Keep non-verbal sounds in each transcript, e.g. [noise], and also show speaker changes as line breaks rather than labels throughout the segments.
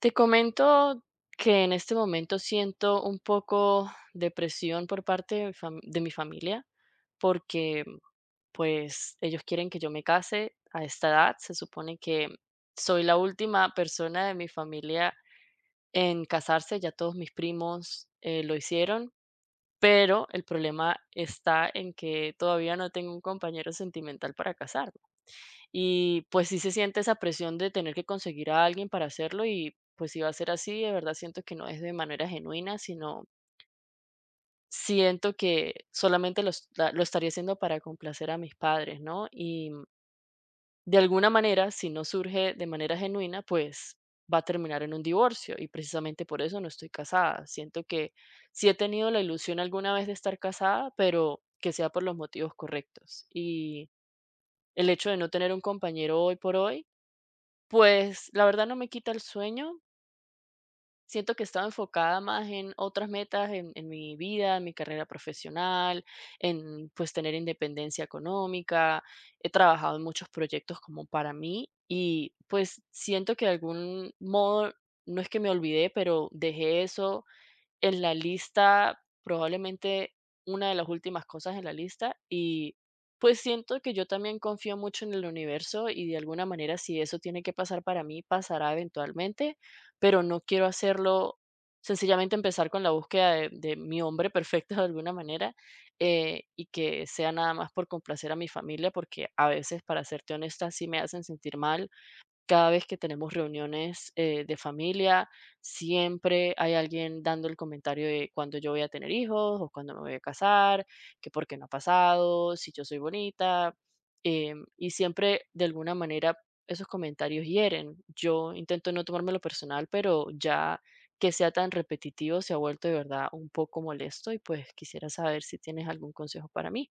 Te comento que en este momento siento un poco de presión por parte de de mi familia, porque pues ellos quieren que yo me case a esta edad. Se supone que soy la última persona de mi familia en casarse, ya todos mis primos lo hicieron, pero el problema está en que todavía no tengo un compañero sentimental para casarme. Y pues sí se siente esa presión de tener que conseguir a alguien para hacerlo y pues si va a ser así, de verdad siento que no es de manera genuina, sino siento que solamente lo estaría haciendo para complacer a mis padres, ¿no? Y de alguna manera, si no surge de manera genuina, pues va a terminar en un divorcio y precisamente por eso no estoy casada. Siento que sí he tenido la ilusión alguna vez de estar casada, pero que sea por los motivos correctos. Y el hecho de no tener un compañero hoy por hoy, pues la verdad no me quita el sueño. Siento que estaba enfocada más en otras metas, en mi vida, en mi carrera profesional, en pues tener independencia económica. He trabajado en muchos proyectos como para mí y pues siento que de algún modo, no es que me olvidé, pero dejé eso en la lista, probablemente una de las últimas cosas en la lista, y pues siento que yo también confío mucho en el universo y de alguna manera si eso tiene que pasar para mí, pasará eventualmente, pero no quiero hacerlo, sencillamente empezar con la búsqueda de mi hombre perfecto [laughs] de alguna manera y que sea nada más por complacer a mi familia, porque a veces, para serte honesta, sí me hacen sentir mal cada vez que tenemos reuniones, de familia, siempre hay alguien dando el comentario de cuándo yo voy a tener hijos o cuándo me voy a casar, que por qué no ha pasado, si yo soy bonita, y siempre, de alguna manera, esos comentarios hieren. Yo intento no tomármelo personal, pero ya que sea tan repetitivo se ha vuelto de verdad un poco molesto y, pues, quisiera saber si tienes algún consejo para mí.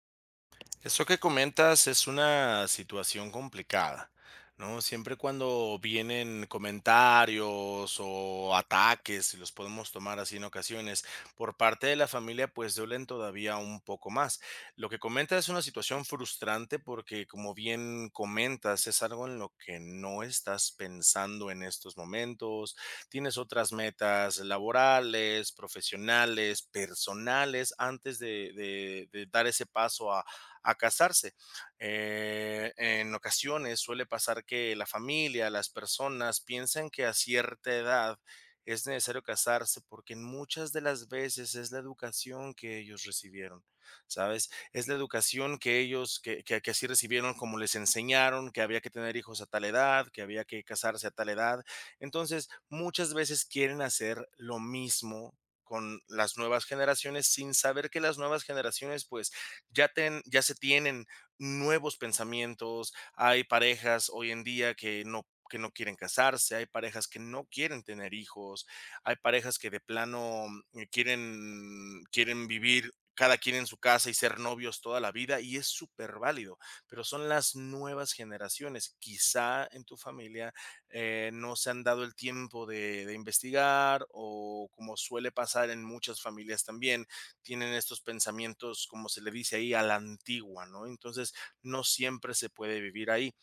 Eso que comentas es una situación complicada, ¿no? Siempre cuando vienen comentarios o ataques, si los podemos tomar así en ocasiones, por parte de la familia, pues duelen todavía un poco más. Lo que comentas es una situación frustrante porque, como bien comentas, es algo en lo que no estás pensando en estos momentos. Tienes otras metas laborales, profesionales, personales, antes de dar ese paso a casarse. En ocasiones suele pasar que la familia, las personas piensan que a cierta edad es necesario casarse porque en muchas de las veces es la educación que ellos recibieron, ¿sabes? Es la educación que ellos, que así recibieron, como les enseñaron, que había que tener hijos a tal edad, que había que casarse a tal edad. Entonces, muchas veces quieren hacer lo mismo con las nuevas generaciones sin saber que las nuevas generaciones pues ya, ya se tienen nuevos pensamientos, hay parejas hoy en día que no quieren casarse, hay parejas que no quieren tener hijos, hay parejas que de plano quieren vivir cada quien en su casa y ser novios toda la vida y es súper válido, pero son las nuevas generaciones. Quizá en tu familia no se han dado el tiempo de investigar o como suele pasar en muchas familias también, tienen estos pensamientos, como se le dice ahí, a la antigua, ¿no? Entonces, no siempre se puede vivir ahí.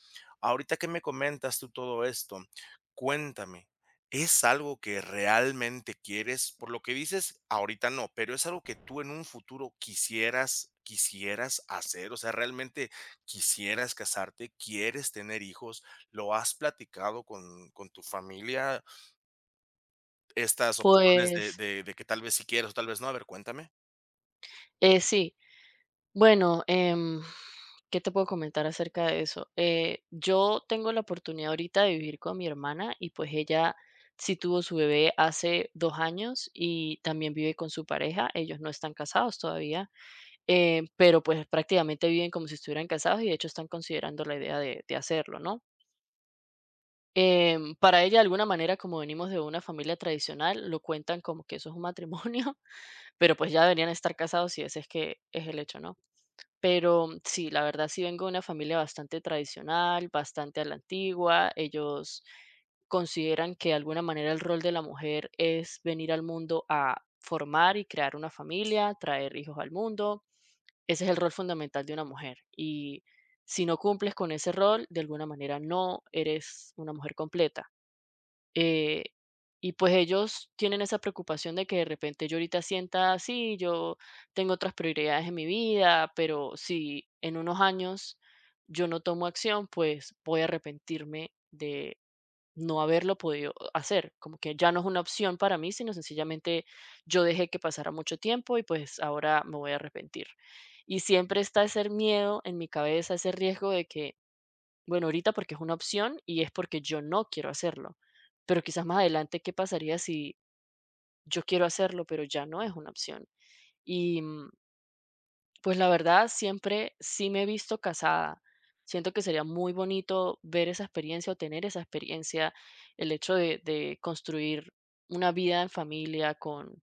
Ahorita que me comentas tú todo esto, cuéntame, ¿es algo que realmente quieres? Por lo que dices, ahorita no, pero es algo que tú en un futuro quisieras, quisieras hacer, o sea, realmente quisieras casarte, quieres tener hijos, ¿lo has platicado con tu familia? Estas opciones
Pues,
de que tal vez si quieres o tal vez no, a ver, cuéntame.
sí. Bueno, ¿qué te puedo comentar acerca de eso? Yo tengo la oportunidad ahorita de vivir con mi hermana y pues ella sí tuvo su bebé hace 2 años y también vive con su pareja. Ellos no están casados todavía, pero pues prácticamente viven como si estuvieran casados y de hecho están considerando la idea de hacerlo, ¿no? Em, para ella, de alguna manera, como venimos de una familia tradicional, lo cuentan como que eso es un matrimonio, [laughs] pero pues ya deberían estar casados si ese es que es el hecho, ¿no? Pero sí, la verdad sí vengo de una familia bastante tradicional, bastante a la antigua. Ellos consideran que de alguna manera el rol de la mujer es venir al mundo a formar y crear una familia, traer hijos al mundo. Ese es el rol fundamental de una mujer. Y si no cumples con ese rol, de alguna manera no eres una mujer completa. Eh, y pues ellos tienen esa preocupación de que de repente yo ahorita sienta así, yo tengo otras prioridades en mi vida, pero si en unos años yo no tomo acción, pues voy a arrepentirme de no haberlo podido hacer. Como que ya no es una opción para mí, sino sencillamente yo dejé que pasara mucho tiempo y pues ahora me voy a arrepentir. Y siempre está ese miedo en mi cabeza, ese riesgo de que, bueno, ahorita porque es una opción y es porque yo no quiero hacerlo, pero quizás más adelante, ¿qué pasaría si yo quiero hacerlo, pero ya no es una opción? Y pues la verdad, siempre sí me he visto casada. Siento que sería muy bonito ver esa experiencia o tener esa experiencia, el hecho de construir una vida en familia con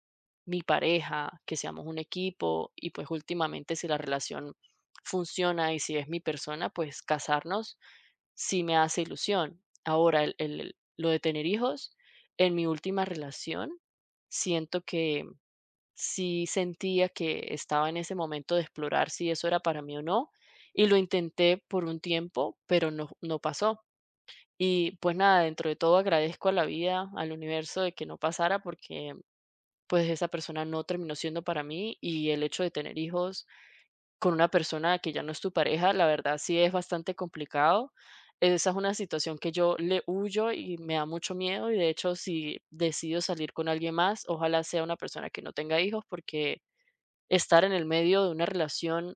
mi pareja, que seamos un equipo y pues últimamente si la relación funciona y si es mi persona, pues casarnos sí me hace ilusión. Ahora, el lo de tener hijos, en mi última relación, siento que sí sentía que estaba en ese momento de explorar si eso era para mí o no, y lo intenté por un tiempo, pero no pasó. Y, pues, nada, dentro de todo agradezco a la vida, al universo de que no pasara porque, pues, esa persona no terminó siendo para mí, y el hecho de tener hijos con una persona que ya no es tu pareja, la verdad sí es bastante complicado. Esa es una situación que yo le huyo y me da mucho miedo y de hecho si decido salir con alguien más, ojalá sea una persona que no tenga hijos porque estar en el medio de una relación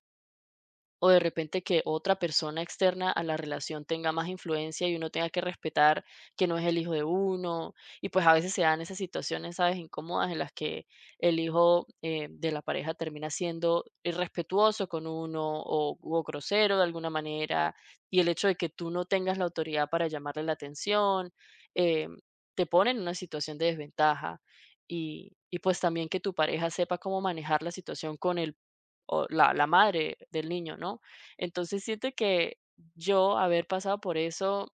o de repente que otra persona externa a la relación tenga más influencia y uno tenga que respetar que no es el hijo de uno. Y pues a veces se dan esas situaciones, ¿sabes?, incómodas en las que el hijo de la pareja termina siendo irrespetuoso con uno o grosero de alguna manera. Y el hecho de que tú no tengas la autoridad para llamarle la atención eh, te pone en una situación de desventaja. Y pues también que tu pareja sepa cómo manejar la situación con el o la madre del niño, ¿no? Entonces siento que yo haber pasado por eso,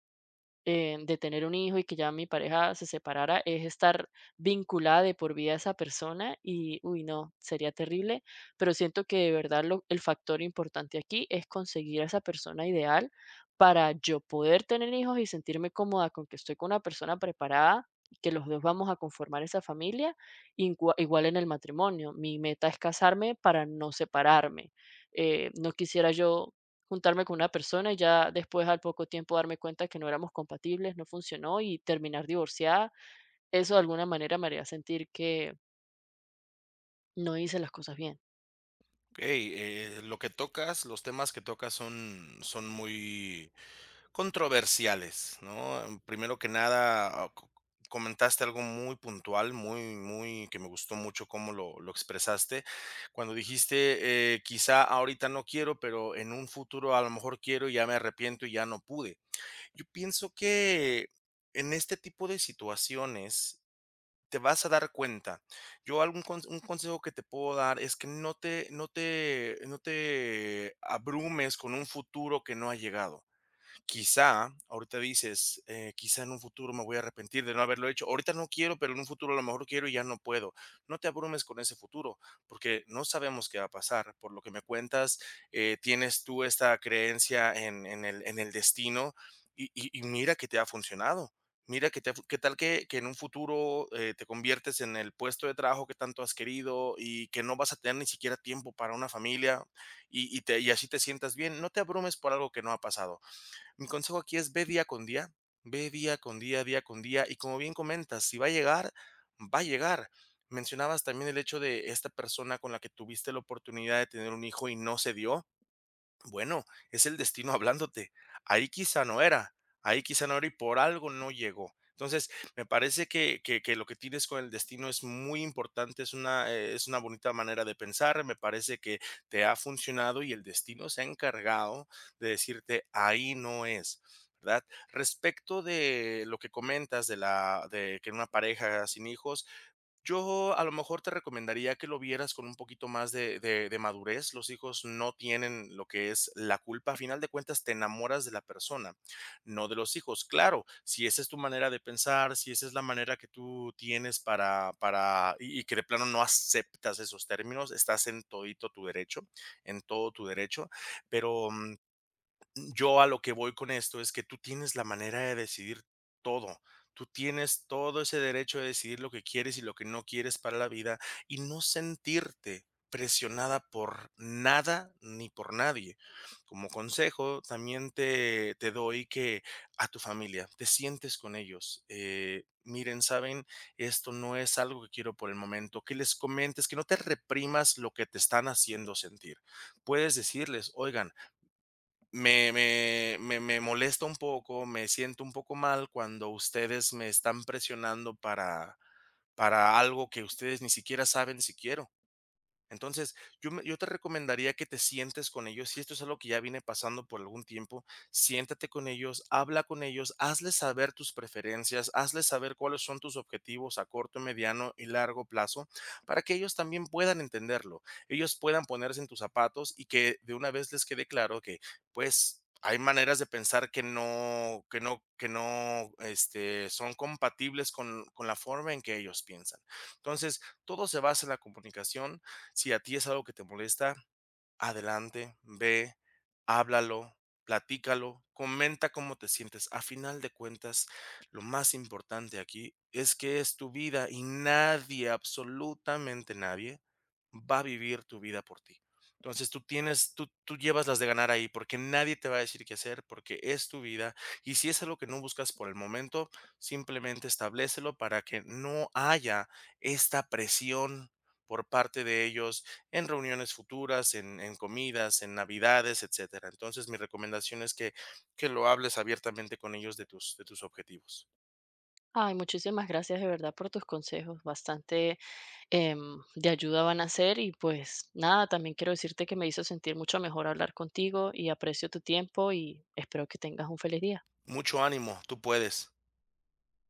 de tener un hijo y que ya mi pareja se separara, es estar vinculada de por vida a esa persona y, uy, no, sería terrible, pero siento que de verdad el factor importante aquí es conseguir a esa persona ideal para yo poder tener hijos y sentirme cómoda con que estoy con una persona preparada, que los dos vamos a conformar esa familia, igual en el matrimonio. Mi meta es casarme para no separarme. No quisiera yo juntarme con una persona y ya después al poco tiempo darme cuenta que no éramos compatibles, no funcionó y terminar divorciada. Eso de alguna manera me haría sentir que no hice las cosas bien.
Ok. Lo que tocas, los temas que tocas son, son muy controversiales, ¿no? Primero que nada, comentaste algo muy puntual, que me gustó mucho cómo lo expresaste, cuando dijiste, quizá ahorita no quiero, pero en un futuro a lo mejor quiero y ya me arrepiento y ya no pude. Yo pienso que en este tipo de situaciones, te vas a dar cuenta. Yo algún conse un consejo que te puedo dar es que no te abrumes con un futuro que no ha llegado quizá, ahorita dices, quizá en un futuro me voy a arrepentir de no haberlo hecho. Ahorita no quiero, pero en un futuro a lo mejor quiero y ya no puedo. No te abrumes con ese futuro, porque no sabemos qué va a pasar. Por lo que me cuentas, tienes tú esta creencia en el destino y, y mira que te ha funcionado. Mira que te ha fu- Qué tal que en un futuro te conviertes en el puesto de trabajo que tanto has querido y que no vas a tener ni siquiera tiempo para una familia y, y así te sientas bien. No te abrumes por algo que no ha pasado. Mi consejo aquí es ve día con día, ve día con día, y como bien comentas, si va a llegar, va a llegar. Mencionabas también el hecho de esta persona con la que tuviste la oportunidad de tener un hijo y no se dio. Bueno, es el destino hablándote. Ahí quizá no era, ahí quizá no era y por algo no llegó. Entonces, me parece que lo que tienes con el destino es muy importante, es una bonita manera de pensar, me parece que te ha funcionado y el destino se ha encargado de decirte, ahí no es, ¿verdad? Respecto de lo que comentas de que una pareja sin hijos, yo a lo mejor te recomendaría que lo vieras con un poquito más de madurez. Los hijos no tienen lo que es la culpa. A final de cuentas, te enamoras de la persona, no de los hijos. Claro, si esa es tu manera de pensar, si esa es la manera que tú tienes para que de plano no aceptas esos términos, estás en todito tu derecho en todo tu derecho, pero yo a lo que voy con esto es que tú tienes la manera de decidir todo. Tú tienes todo ese derecho de decidir lo que quieres y lo que no quieres para la vida y no sentirte presionada por nada ni por nadie. Como consejo, también te doy que a tu familia, te sientes con ellos. Miren, saben, esto no es algo que quiero por el momento, que les comentes, que no te reprimas lo que te están haciendo sentir. Puedes decirles, oigan, me molesta un poco, me siento un poco mal cuando ustedes me están presionando para algo que ustedes ni siquiera saben si quiero. Entonces, yo te recomendaría que te sientes con ellos, si esto es algo que ya viene pasando por algún tiempo, siéntate con ellos, habla con ellos, hazles saber tus preferencias, hazles saber cuáles son tus objetivos a corto, mediano y largo plazo, para que ellos también puedan entenderlo, ellos puedan ponerse en tus zapatos y que de una vez les quede claro que, pues... Hay maneras de pensar que no, este, son compatibles con la forma en que ellos piensan. Entonces, todo se basa en la comunicación, si a ti es algo que te molesta, adelante, ve, háblalo, platícalo, comenta cómo te sientes. A final de cuentas, lo más importante aquí es que es tu vida y nadie, absolutamente nadie, va a vivir tu vida por ti. Entonces tú llevas las de ganar ahí porque nadie te va a decir qué hacer porque es tu vida y si es algo que no buscas por el momento, simplemente establecelo para que no haya esta presión por parte de ellos en reuniones futuras, en comidas, en navidades, etcétera. Entonces, mi recomendación es que lo hables abiertamente con ellos de tus objetivos.
Ay, muchísimas gracias de verdad por tus consejos, bastante de ayuda van a ser y pues nada, también quiero decirte que me hizo sentir mucho mejor hablar contigo y aprecio tu tiempo y espero que tengas un feliz día.
Mucho ánimo, tú puedes.